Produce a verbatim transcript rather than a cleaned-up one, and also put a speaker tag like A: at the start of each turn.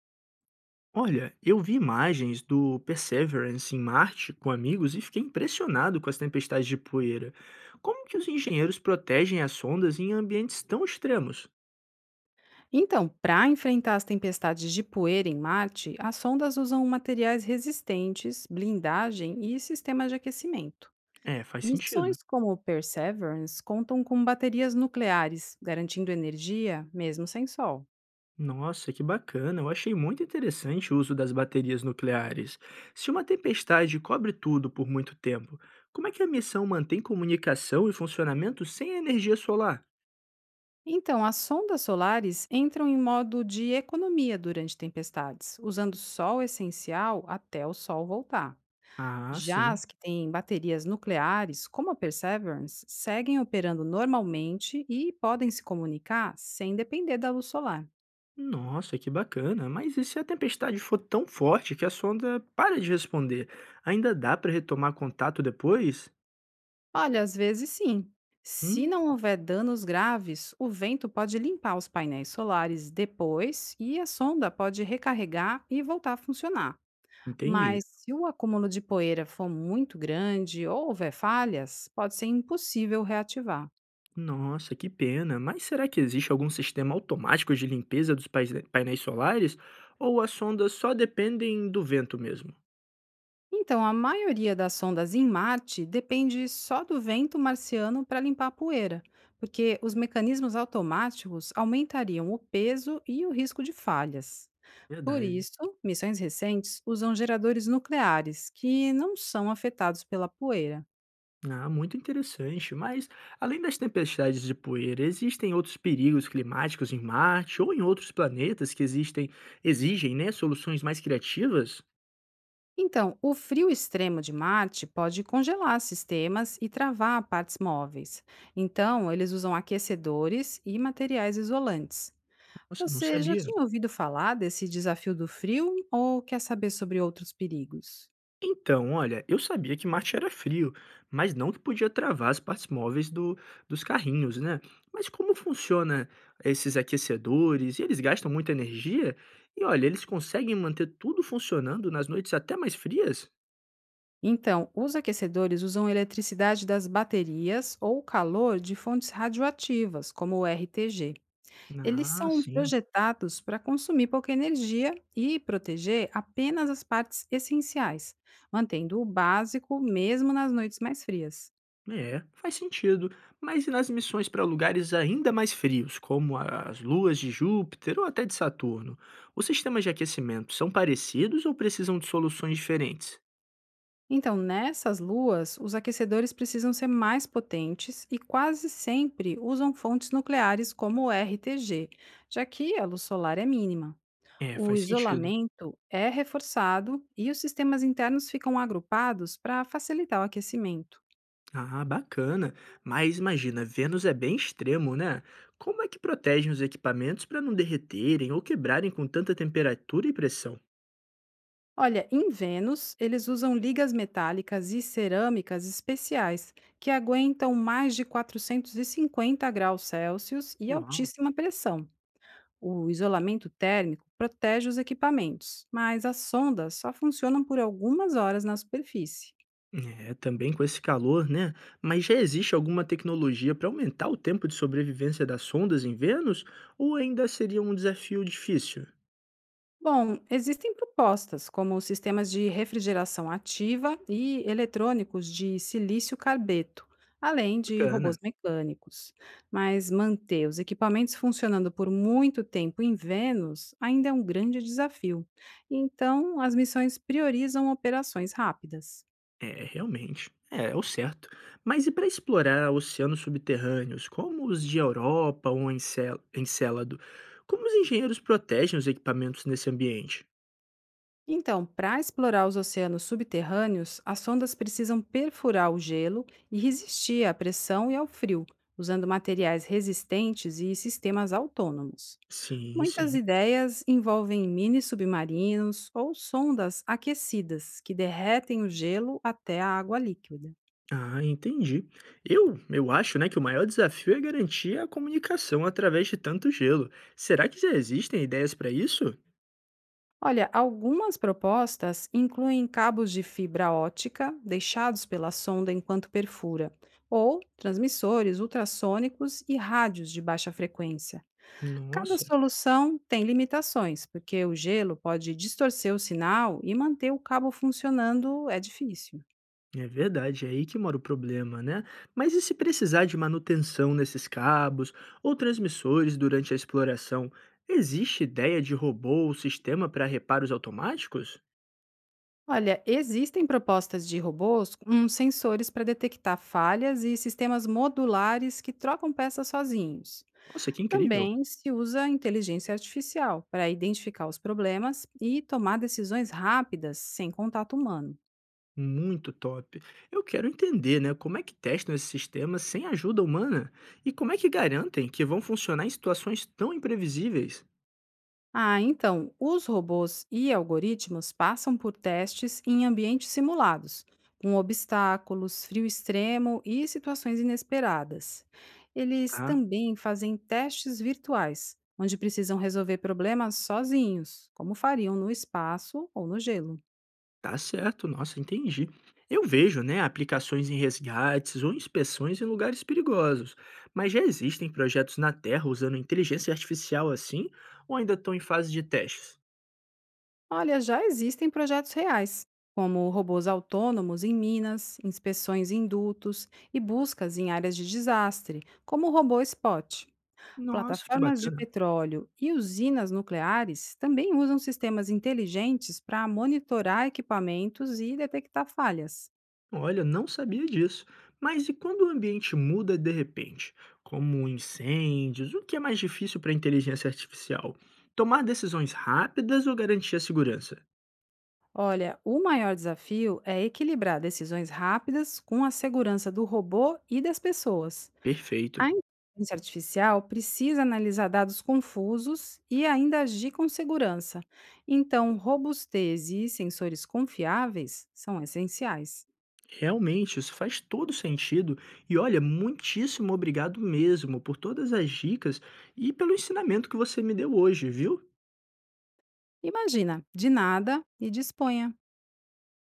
A: Olha, eu vi imagens do Perseverance em Marte com amigos e fiquei impressionado com as tempestades de poeira. Como que os engenheiros protegem as sondas em ambientes tão extremos?
B: Então, para enfrentar as tempestades de poeira em Marte, as sondas usam materiais resistentes, blindagem e sistemas de aquecimento.
A: É, faz sentido.
B: Missões como o Perseverance contam com baterias nucleares, garantindo energia mesmo sem sol.
A: Nossa, que bacana! Eu achei muito interessante o uso das baterias nucleares. Se uma tempestade cobre tudo por muito tempo, como é que a missão mantém comunicação e funcionamento sem energia solar?
B: Então, as sondas solares entram em modo de economia durante tempestades, usando sol essencial até o sol voltar.
A: Ah,
B: Já
A: sim.
B: as que têm baterias nucleares, como a Perseverance, seguem operando normalmente e podem se comunicar sem depender da luz solar.
A: Nossa, que bacana. Mas e se a tempestade for tão forte que a sonda para de responder? Ainda dá para retomar contato depois?
B: Olha, às vezes sim. Se
A: Hum,
B: não houver danos graves, o vento pode limpar os painéis solares depois e a sonda pode recarregar e voltar a funcionar.
A: entendi.
B: Mas se o acúmulo de poeira for muito grande ou houver falhas, pode ser impossível reativar.
A: Nossa, que pena. Mas será que existe algum sistema automático de limpeza dos pais- painéis solares? Ou as sondas só dependem do vento mesmo?
B: Então, a maioria das sondas em Marte depende só do vento marciano para limpar a poeira, porque os mecanismos automáticos aumentariam o peso e o risco de falhas. Por
A: Verdade.
B: isso, missões recentes usam geradores nucleares, que não são afetados pela poeira.
A: Ah, muito interessante. Mas, além das tempestades de poeira, existem outros perigos climáticos em Marte ou em outros planetas que existem, exigem, né, soluções mais criativas?
B: Então, o frio extremo de Marte pode congelar sistemas e travar partes móveis. Então, eles usam aquecedores e materiais isolantes.
A: Nossa, eu não
B: Você já
A: sabia.
B: tinha ouvido falar desse desafio do frio ou quer saber sobre outros perigos?
A: Então, olha, eu sabia que Marte era frio, mas não que podia travar as partes móveis do, dos carrinhos, né? Mas como funciona esses aquecedores? E eles gastam muita energia? E olha, eles conseguem manter tudo funcionando nas noites até mais frias?
B: Então, os aquecedores usam eletricidade das baterias ou calor de fontes radioativas, como o R T G. Eles
A: Ah,
B: são
A: sim.
B: projetados para consumir pouca energia e proteger apenas as partes essenciais, mantendo o básico mesmo nas noites mais frias.
A: É, faz sentido. Mas e nas missões para lugares ainda mais frios, como a- as luas de Júpiter ou até de Saturno? Os sistemas de aquecimento são parecidos ou precisam de soluções diferentes?
B: Então, nessas luas, os aquecedores precisam ser mais potentes e quase sempre usam fontes nucleares como o R T G, já que a luz solar é mínima.
A: É,
B: O
A: faz sentido.
B: isolamento é reforçado e os sistemas internos ficam agrupados para facilitar o aquecimento.
A: Ah, bacana. Mas imagina, Vênus é bem extremo, né? Como é que protegem os equipamentos para não derreterem ou quebrarem com tanta temperatura e pressão?
B: Olha, em Vênus, eles usam ligas metálicas e cerâmicas especiais que aguentam mais de quatrocentos e cinquenta graus Celsius e
A: Uau.
B: altíssima pressão. O isolamento térmico protege os equipamentos, mas as sondas só funcionam por algumas horas na superfície.
A: É, também com esse calor, né? Mas já existe alguma tecnologia para aumentar o tempo de sobrevivência das sondas em Vênus? Ou ainda seria um desafio difícil?
B: Bom, existem propostas como sistemas de refrigeração ativa e eletrônicos de silício carbeto, além de robôs
A: Bacana.
B: mecânicos. Mas manter os equipamentos funcionando por muito tempo em Vênus ainda é um grande desafio. Então, as missões priorizam operações rápidas.
A: É, realmente. É, é o certo. Mas e para explorar oceanos subterrâneos, como os de Europa ou Encel- Encélado, como os engenheiros protegem os equipamentos nesse ambiente?
B: Então, para explorar os oceanos subterrâneos, as sondas precisam perfurar o gelo e resistir à pressão e ao frio, usando materiais resistentes e sistemas autônomos.
A: Sim,
B: Muitas
A: sim.
B: ideias envolvem mini submarinos ou sondas aquecidas que derretem o gelo até a água líquida.
A: Ah, entendi. Eu, eu acho, né, que o maior desafio é garantir a comunicação através de tanto gelo. Será que já existem ideias para isso?
B: Olha, algumas propostas incluem cabos de fibra ótica deixados pela sonda enquanto perfura, ou transmissores ultrassônicos e rádios de baixa frequência. Cada
A: Nossa.
B: solução tem limitações, porque o gelo pode distorcer o sinal e manter o cabo funcionando é difícil.
A: É verdade, é aí que mora o problema, né? Mas e se precisar de manutenção nesses cabos ou transmissores durante a exploração? Existe ideia de robô ou sistema para reparos automáticos?
B: Olha, existem propostas de robôs com sensores para detectar falhas e sistemas modulares que trocam peças sozinhos.
A: Nossa, que incrível!
B: Também se usa a inteligência artificial para identificar os problemas e tomar decisões rápidas sem contato humano.
A: Muito top. Eu quero entender, né, como é que testam esses sistemas sem ajuda humana e como é que garantem que vão funcionar em situações tão imprevisíveis?
B: Ah, então, os robôs e algoritmos passam por testes em ambientes simulados, com obstáculos, frio extremo e situações inesperadas. Eles
A: Tá.
B: também fazem testes virtuais, onde precisam resolver problemas sozinhos, como fariam no espaço ou no gelo.
A: Tá certo, nossa, entendi. Eu vejo, né, aplicações em resgates ou inspeções em lugares perigosos, mas já existem projetos na Terra usando inteligência artificial assim, ou ainda estão em fase de testes?
B: Olha, já existem projetos reais, como robôs autônomos em minas, inspeções em dutos e buscas em áreas de desastre, como o robô Spot.
A: Nossa, que
B: Plataformas de
A: bacana.
B: petróleo e usinas nucleares também usam sistemas inteligentes para monitorar equipamentos e detectar falhas.
A: Olha, não sabia disso. Mas e quando o ambiente muda de repente, como incêndios, o que é mais difícil para a inteligência artificial? Tomar decisões rápidas ou garantir a segurança?
B: Olha, o maior desafio é equilibrar decisões rápidas com a segurança do robô e das pessoas. A
A: Perfeito.
B: inteligência artificial precisa analisar dados confusos e ainda agir com segurança. Então, robustez e sensores confiáveis são essenciais.
A: Realmente, isso faz todo sentido. E olha, muitíssimo obrigado mesmo por todas as dicas e pelo ensinamento que você me deu hoje, viu?
B: Imagina, de nada e disponha.